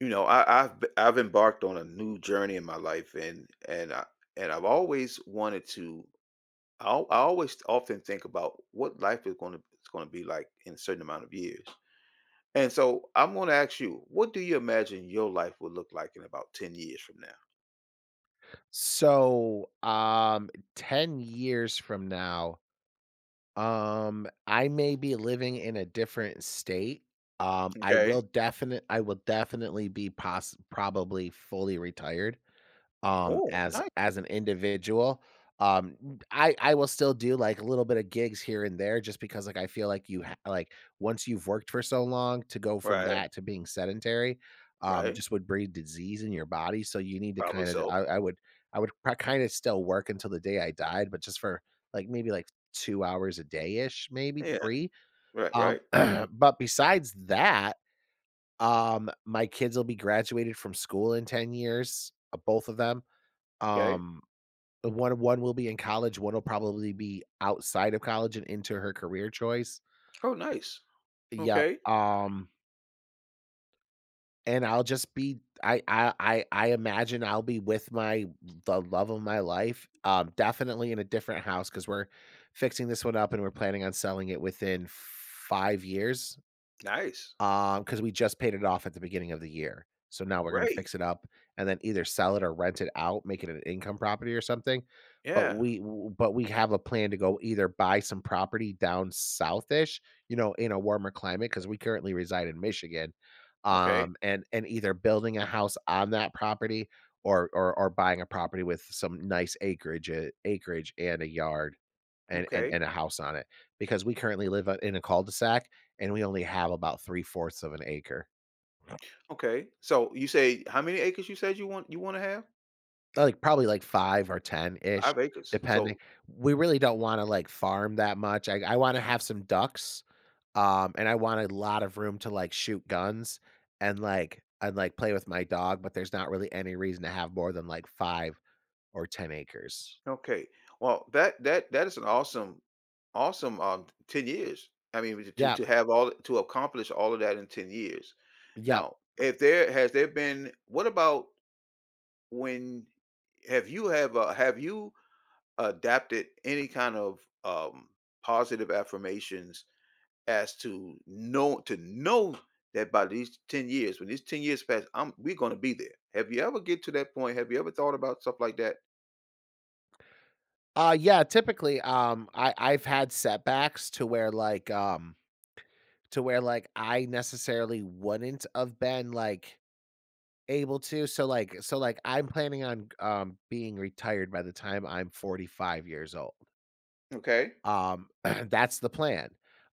I've embarked on a new journey in my life, and I've always wanted to. I always often think about what life is going to it's going to be like in a certain amount of years. And so I'm going to ask you, what do you imagine your life will look like in about 10 years from now? So, um, 10 years from now, I may be living in a different state. Okay. I will definitely be poss probably fully retired, Oh, as nice. as an individual. I will still do like a little bit of gigs here and there just because like I feel like like once you've worked for so long to go from Right. that to being sedentary, Right. just would breed disease in your body. So you need to Probably so. I would kind of still work until the day I died, but just for like maybe like 2 hours a day ish, maybe Yeah. three. Right. Um, Right. but besides that, my kids will be graduated from school in 10 years, both of them, Okay. um, the one will be in college, one will probably be outside of college and into her career choice. Oh, nice. Yep. Okay. And I'll just be I imagine I'll be with my the love of my life, definitely in a different house because 'cause we're fixing this one up and we're planning on selling it within 5 years. Nice. Because we just paid it off at the beginning of the year. So now we're gonna Great. fix it up and then either sell it or rent it out, make it an income property or something. Yeah. But we have a plan to go either buy some property down southish, in a warmer climate, because we currently reside in Michigan, Okay. And either building a house on that property or buying a property with some nice acreage and a yard and and Okay. and a house on it because we currently live o in a cul-de-sac and we only have about 3 fourths of an acre. Okay. So you say how many acres you said you want to have? Like, probably, like, 5 or 10-ish, 5 acres. depending. So We really don't wanna, like, farm that much. I wanna have some ducks, and I want a lot of room to, like, shoot guns and, like, play with my dog, but there's not really any reason to have more than, like, 5 or 10 acres. okay. Well, that is an awesome 10 years. I mean to Yeah, to have all to accomplish all of that in 10 years. yeah. Now, if there has there been what about when have you adapted any kind of positive affirmations as to know that by these 10 years, when these 10 years pass, I'm we're gonna be there. Have you ever get to that point? Have you ever thought about stuff like that? Yeah, typically, I've had setbacks to where, like, I necessarily wouldn't have been, like, able to, so, like, I'm planning on, being retired by the time I'm 45 years old. Okay. That's the plan.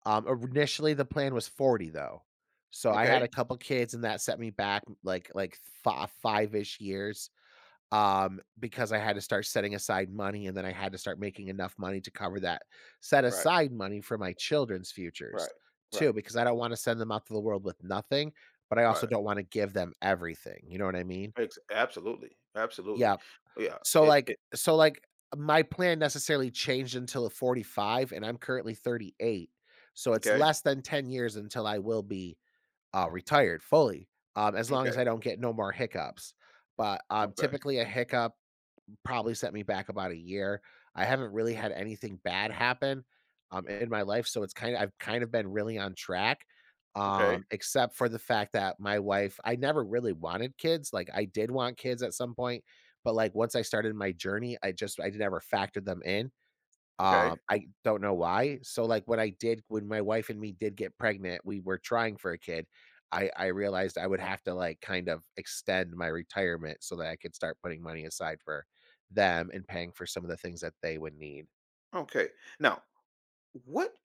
Initially, the plan was 40, though. So, I had Okay. a couple kids, and that set me back, like, fi five-ish years, because I had to start setting aside money, and then I had to start making enough money to cover that set Right. aside money for my children's futures, Right. Right. too, because I don't wanna send them out to the world with nothing, but I also Right. don't wanna give them everything, you know what I mean? Absolutely. Absolutely. Yeah. Yeah. It, it So, like, my plan necessarily changed until at 45, and I'm currently 38, so it's okay. less than 10 years until I will be, retired fully, as long Okay. as I don't get no more hiccups, but, Okay. typically, a hiccup probably set me back about a year. I haven't really had anything bad happen in my life, so it's I've kind of been really on track, Okay. Except for the fact that my wife. I never really wanted kids. Like I did want kids at some point, but like once I started my journey, I never factored them in. Okay. I don't know why. So, like, when I did when my wife and me did get pregnant, we were trying for a kid. I realized I would have to, like, kind of extend my retirement so that I could start putting money aside for them and paying for some of the things that they would need. Okay. Now, what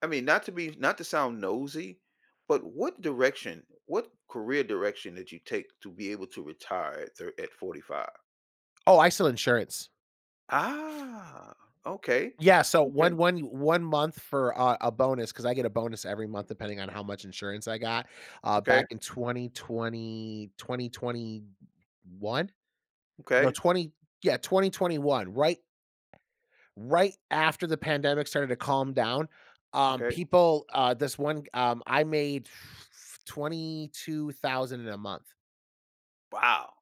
I mean, not to sound nosy, but what career direction did you take to be able to retire at 45? Oh, I sell insurance. Ah, okay. Yeah, so Okay, one month for bonus because I get a bonus every month depending on how much insurance I got. Okay, Back in twenty one. No, okay, 2021, right after the pandemic started to calm down, okay. people, this one, I made 22,000 in a month. Wow,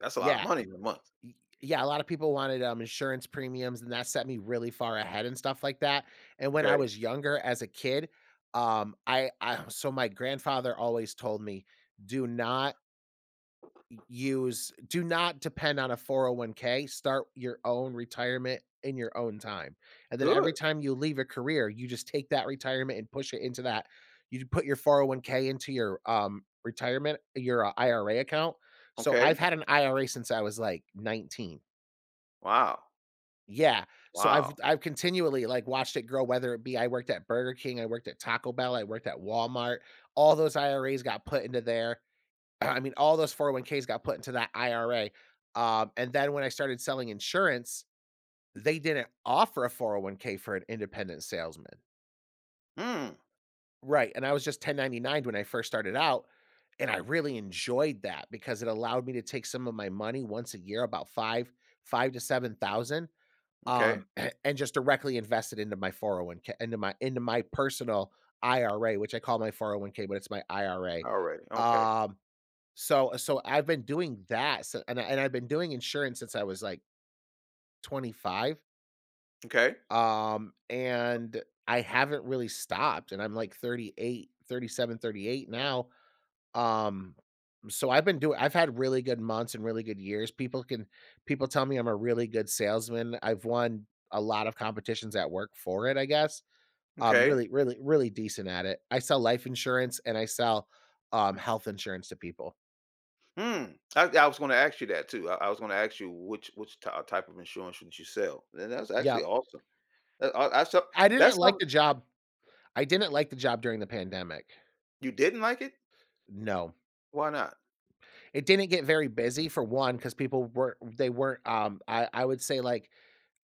that's a lot of Yeah. money in a month. y- Yeah. A lot of people wanted insurance premiums, and that set me really far ahead and stuff like that. And when I Okay, was younger as a kid, so my grandfather always told me, do not use do not depend on a 401k. Start your own retirement in your own time. And then every good. time you leave a career, you just take that retirement and push it into that. You put your 401k into your retirement, your IRA account. So Okay, I've had an IRA since I was like 19. wow, Yeah. So I've wow. I've continually like watched it grow whether it be I worked at Burger King, I worked at Taco Bell, I worked at Walmart. All those IRAs got put into there. I mean, all those 401ks got put into that IRA. And then when I started selling insurance, they didn't offer a 401k for an independent salesman. Hmm, Right. And I was just 1099 when I first started out. And I really enjoyed that because it allowed me to take some of my money once a year, five to seven thousand, okay, um, and just directly invest it into my 401k, into my personal IRA, which I call my 401k, but it's my IRA. alrighty. Okay, Um, so I've been doing that, and I've been doing insurance since I was, like, 25, okay, and I haven't really stopped, and I'm, like, 38, 37, 38 now, um, so I've been doing I've had really good months and really good years. People tell me I'm a really good salesman. I've won a lot of competitions at work for it, I guess. I okay. really, really, really decent at it. I sell life insurance and I sell, health insurance to people. Hmm. I was going to ask you that too. I was going to ask you which type of insurance would you sell, and that's actually Yep. awesome. That- I, I, sup- I didn't that's like something the job I didn't like the job during the pandemic. you didn't like it. No. Why not? It didn't get very busy for one because people were they weren't, I would say, like,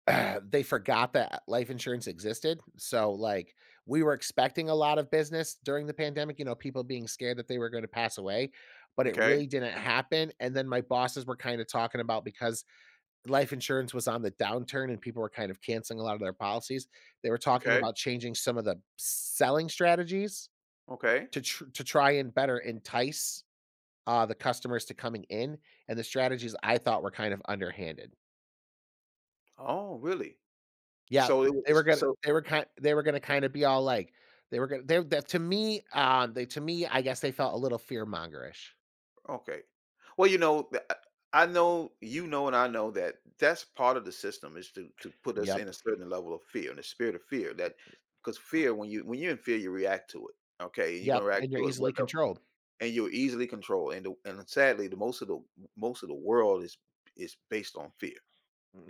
they forgot that life insurance existed. So, like, we were expecting a lot of business during the pandemic, people being scared that they were gonna pass away, but it Okay, really didn't happen, and then my bosses were kinda talking about because life insurance was on the downturn and people were kind of canceling a lot of their policies, they were talking okay, about changing some of the selling strategies okay. To try and better entice the customers to coming in, and the strategies I thought were kind of underhanded. Oh, really? Yeah, So it was. So. They were gonna kind of be all like they were gonna they that to me they to me I guess they felt a little fear mongerish. Okay. Well, I know, and I know that that's part of the system is to put us in Yep, a certain level of fear, and the spirit of fear. That because fear, when you're in fear, you react to it. Okay, you're gonna yep, react and you're to it, what easily controlled. and you're easily controlled. And sadly, the most of the most of the world is based on fear.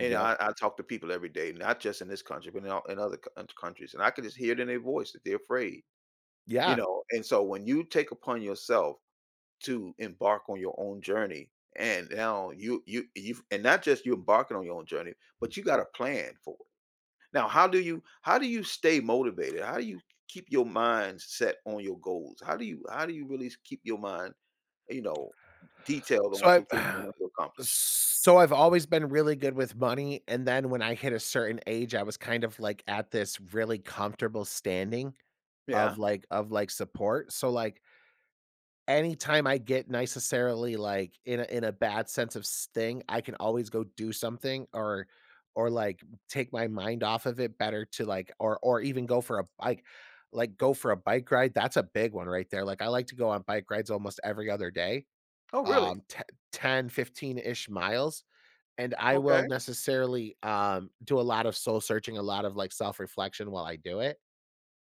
And I talk to people every day, not just in this country, but in other countries, and I can just hear it in their voice that they're afraid. Yeah. And so when you take upon yourself to embark on your own journey. And now you, and not just you, embarking on your own journey, but you got a plan for it. Now, how do you stay motivated? How do you keep your mind set on your goals? How do you really keep your mind, you know, detailed So on to things you I've want to accomplish? so I've always been really good with money, and then when I hit a certain age, I was kind of like at this really comfortable standing Yeah. Of like support. So like anytime I get necessarily like in a bad sense of s thing, I can always go do something or or like take my mind off of it better to like or even go for a bike like go for a bike ride. That's a big one right there. Like I like to go on bike rides almost every other day, Oh, really? Te 10, ish miles. And I Okay. will necessarily do a lot of soul searching, a lot of like self-reflection while I do it.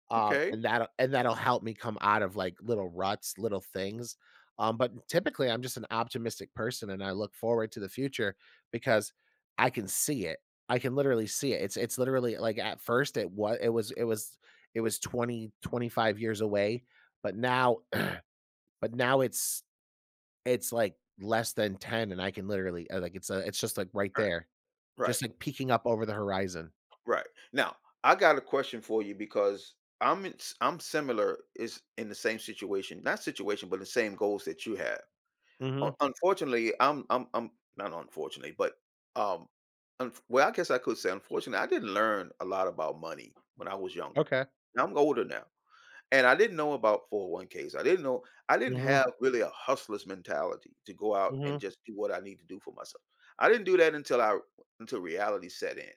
Okay. And that'll help me come out of, like, little ruts, little things. But typically, I'm just an optimistic person, and I look forward to the future because I can see it. I can literally see it. It's literally like, at first, it was twenty five years away, but now but now it's, like, less than 10, and I can literally like, it's just, like, right All right. there, Right. just, like, peeking up over the horizon. Right. Now, I got a question for you because I'm similar is in the same situation, not situation, but the same goals that you have. Un Mhm. unfortunately, I'm not unfortunately, but, um, unf well, I guess I could say unfortunately, I didn't learn a lot about money when I was younger. Okay. Now I'm older now, and I didn't know about 401ks. I didn't Mhm. have really a hustler's mentality to go out and Mhm. just do what I need to do for myself. I didn't do that until reality set in,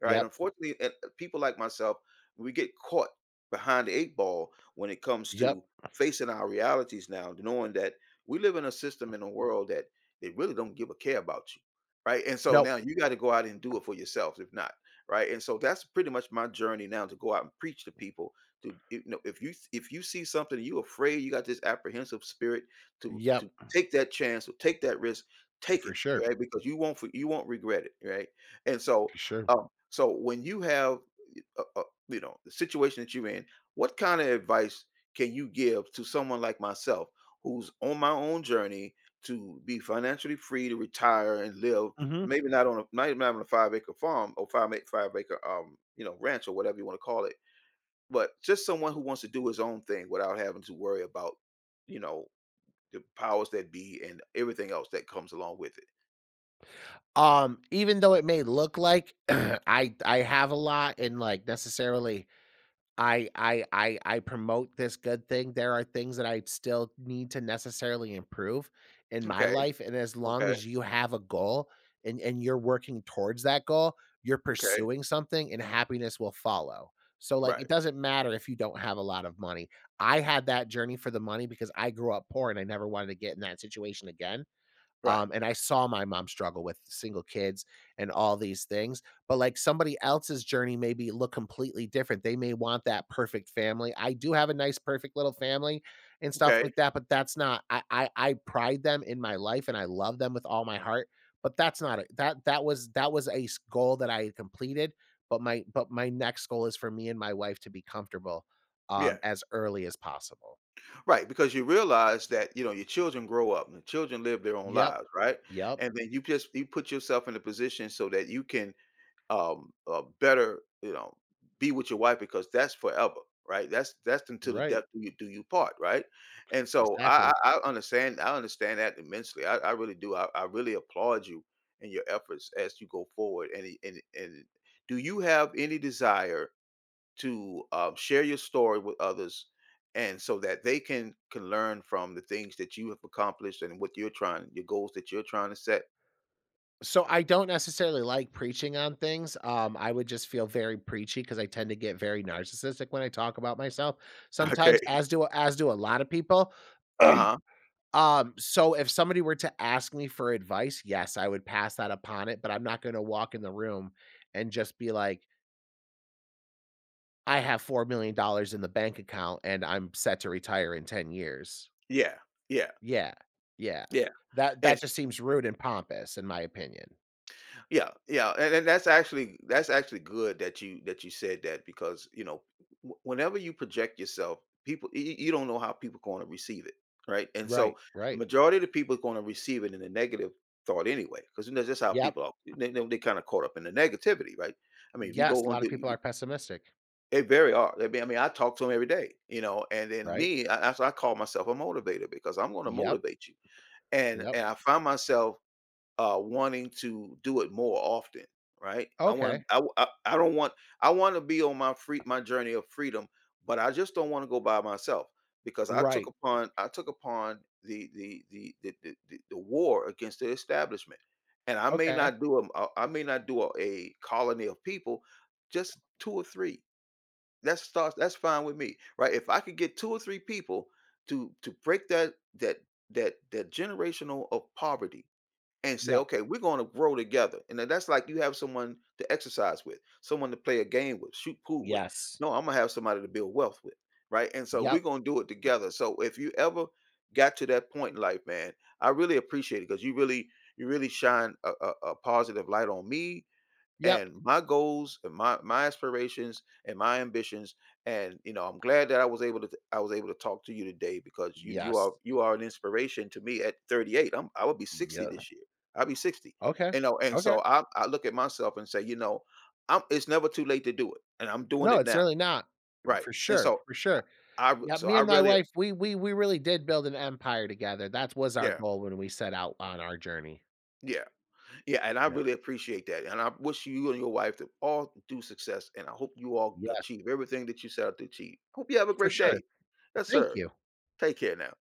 right? Yep. Unfortunately, people like myself, we get caught behind the eight ball when it comes Yep. to facing our realities now, knowing that we live in a system, in a world that they really don't give a care about you, right? And so Nope. now you got to go out and do it for yourselves, if not, right? And so that's pretty much my journey now to go out and preach to people. If you see something, you afraid, you got this apprehensive spirit to Yep. take that chance or take that risk, take it, For sure, right? Because you won't regret it, right? And so for sure. um. So when you have, a, a, the situation that you're in, what kind of advice can you give to someone like myself who's on my own journey to be financially free to retire and live, Mhm. maybe not even on a 5-acre farm or 5-acre ranch or whatever you want to call it, but just someone who wants to do his own thing without having to worry about you know the powers that be and everything else that comes along with it. Even though it may look like I have a lot and, like, necessarily I promote this good thing, there are things that I still need to necessarily improve in my Okay, life, and as long okay, as you have a goal and you're working towards that goal, you're okay, pursuing something and happiness will follow. So, like, right, it doesn't matter if you don't have a lot of money. I had that journey for the money because I grew up poor and I never wanted to get in that situation again. right, And I saw my mom struggle with single kids and all these things. But like somebody else's journey maybe look completely different. They may want that perfect family. I do have a nice, perfect little family and stuff okay, like that, but that's not I pride them in my life and I love them with all my heart. But that's not a, that that was a goal that I had completed. But my next goal is for me and my wife to be comfortable yeah. As early as possible. Right, because you realize that, your children grow up and the children live their own Yep. lives, right? Yep. And then you put yourself in a position so that you can better, be with your wife because that's forever, right? That's until the Right. death do you part, right? And so I Exactly. I, I understand I understand that immensely. I really do. I really applaud you and your efforts as you go forward. And do you have any desire to share your story with others and so that they can learn from the things that you have accomplished and what you're trying your goals that you're trying to set. So I don't necessarily like preaching on things. I would just feel very preachy because I tend to get very narcissistic when I talk about myself sometimes, Okay. as do a lot of people. Uh-huh. So if somebody were to ask me for advice, yes, I would pass that upon it, but I'm not going to walk in the room and just be like, I have $4 million dollars in the bank account and I'm set to retire in 10 years. Yeah, yeah, Yeah. Yeah. yeah, That and that just seems rude and pompous in my opinion. yeah, yeah, and that's actually good that you said that, because whenever you project yourself, people you don't know how people going to receive it, right? And so Right, the right. majority of the people going to receive it in a negative thought anyway, because that's just how Yep. people are. They kind of caught up in the negativity, right? I mean, if you Yes, go a on lot to, of if people you— are pessimistic, they very are. I mean, I talk to them every day, and then right? That's why I call myself a motivator because I'm going to Yep, motivate you, and yep. and I find myself wanting to do it more often, right? I want Okay, I, w- I I don't want. I want to be on my free my journey of freedom, but I just don't want to go by myself because right. I took upon the war against the establishment, and I may Okay. not do a- I may not do a colony of people, just two or three. That's fine with me, right? If I could get two or three people to break that generational of poverty and say, Yep. okay, we're going to grow together. And then that's like you have someone to exercise with, someone to play a game with, shoot pool with. Yes. No, I'm going to have somebody to build wealth with. Right. And so we're Yep. going to do it together. So if you ever got to that point in life, man, I really appreciate it because you really shine a positive light on me Yep. and my goals and my aspirations and my ambitions and I'm glad that I was able to talk to you today because Yes. You are an inspiration to me at 38. I will be 60 Yep. this year. I'll be 60. Okay. And Okay. so I look at myself and say, you know, I'm it's never too late to do it. And I'm doing No, it it's now. really not. Right. For And sure, so for I, sure. I Yep, so me I and my really. wife, we really did build an empire together. That was our Yeah. goal when we set out on our journey. Yeah. Yeah, and I Yep. really appreciate that. And I wish you and your wife to all do success. And I hope you all Yes, achieve everything that you set out to achieve. Hope you have a for great sure. day. Yes, Thank sir. you. Take care now.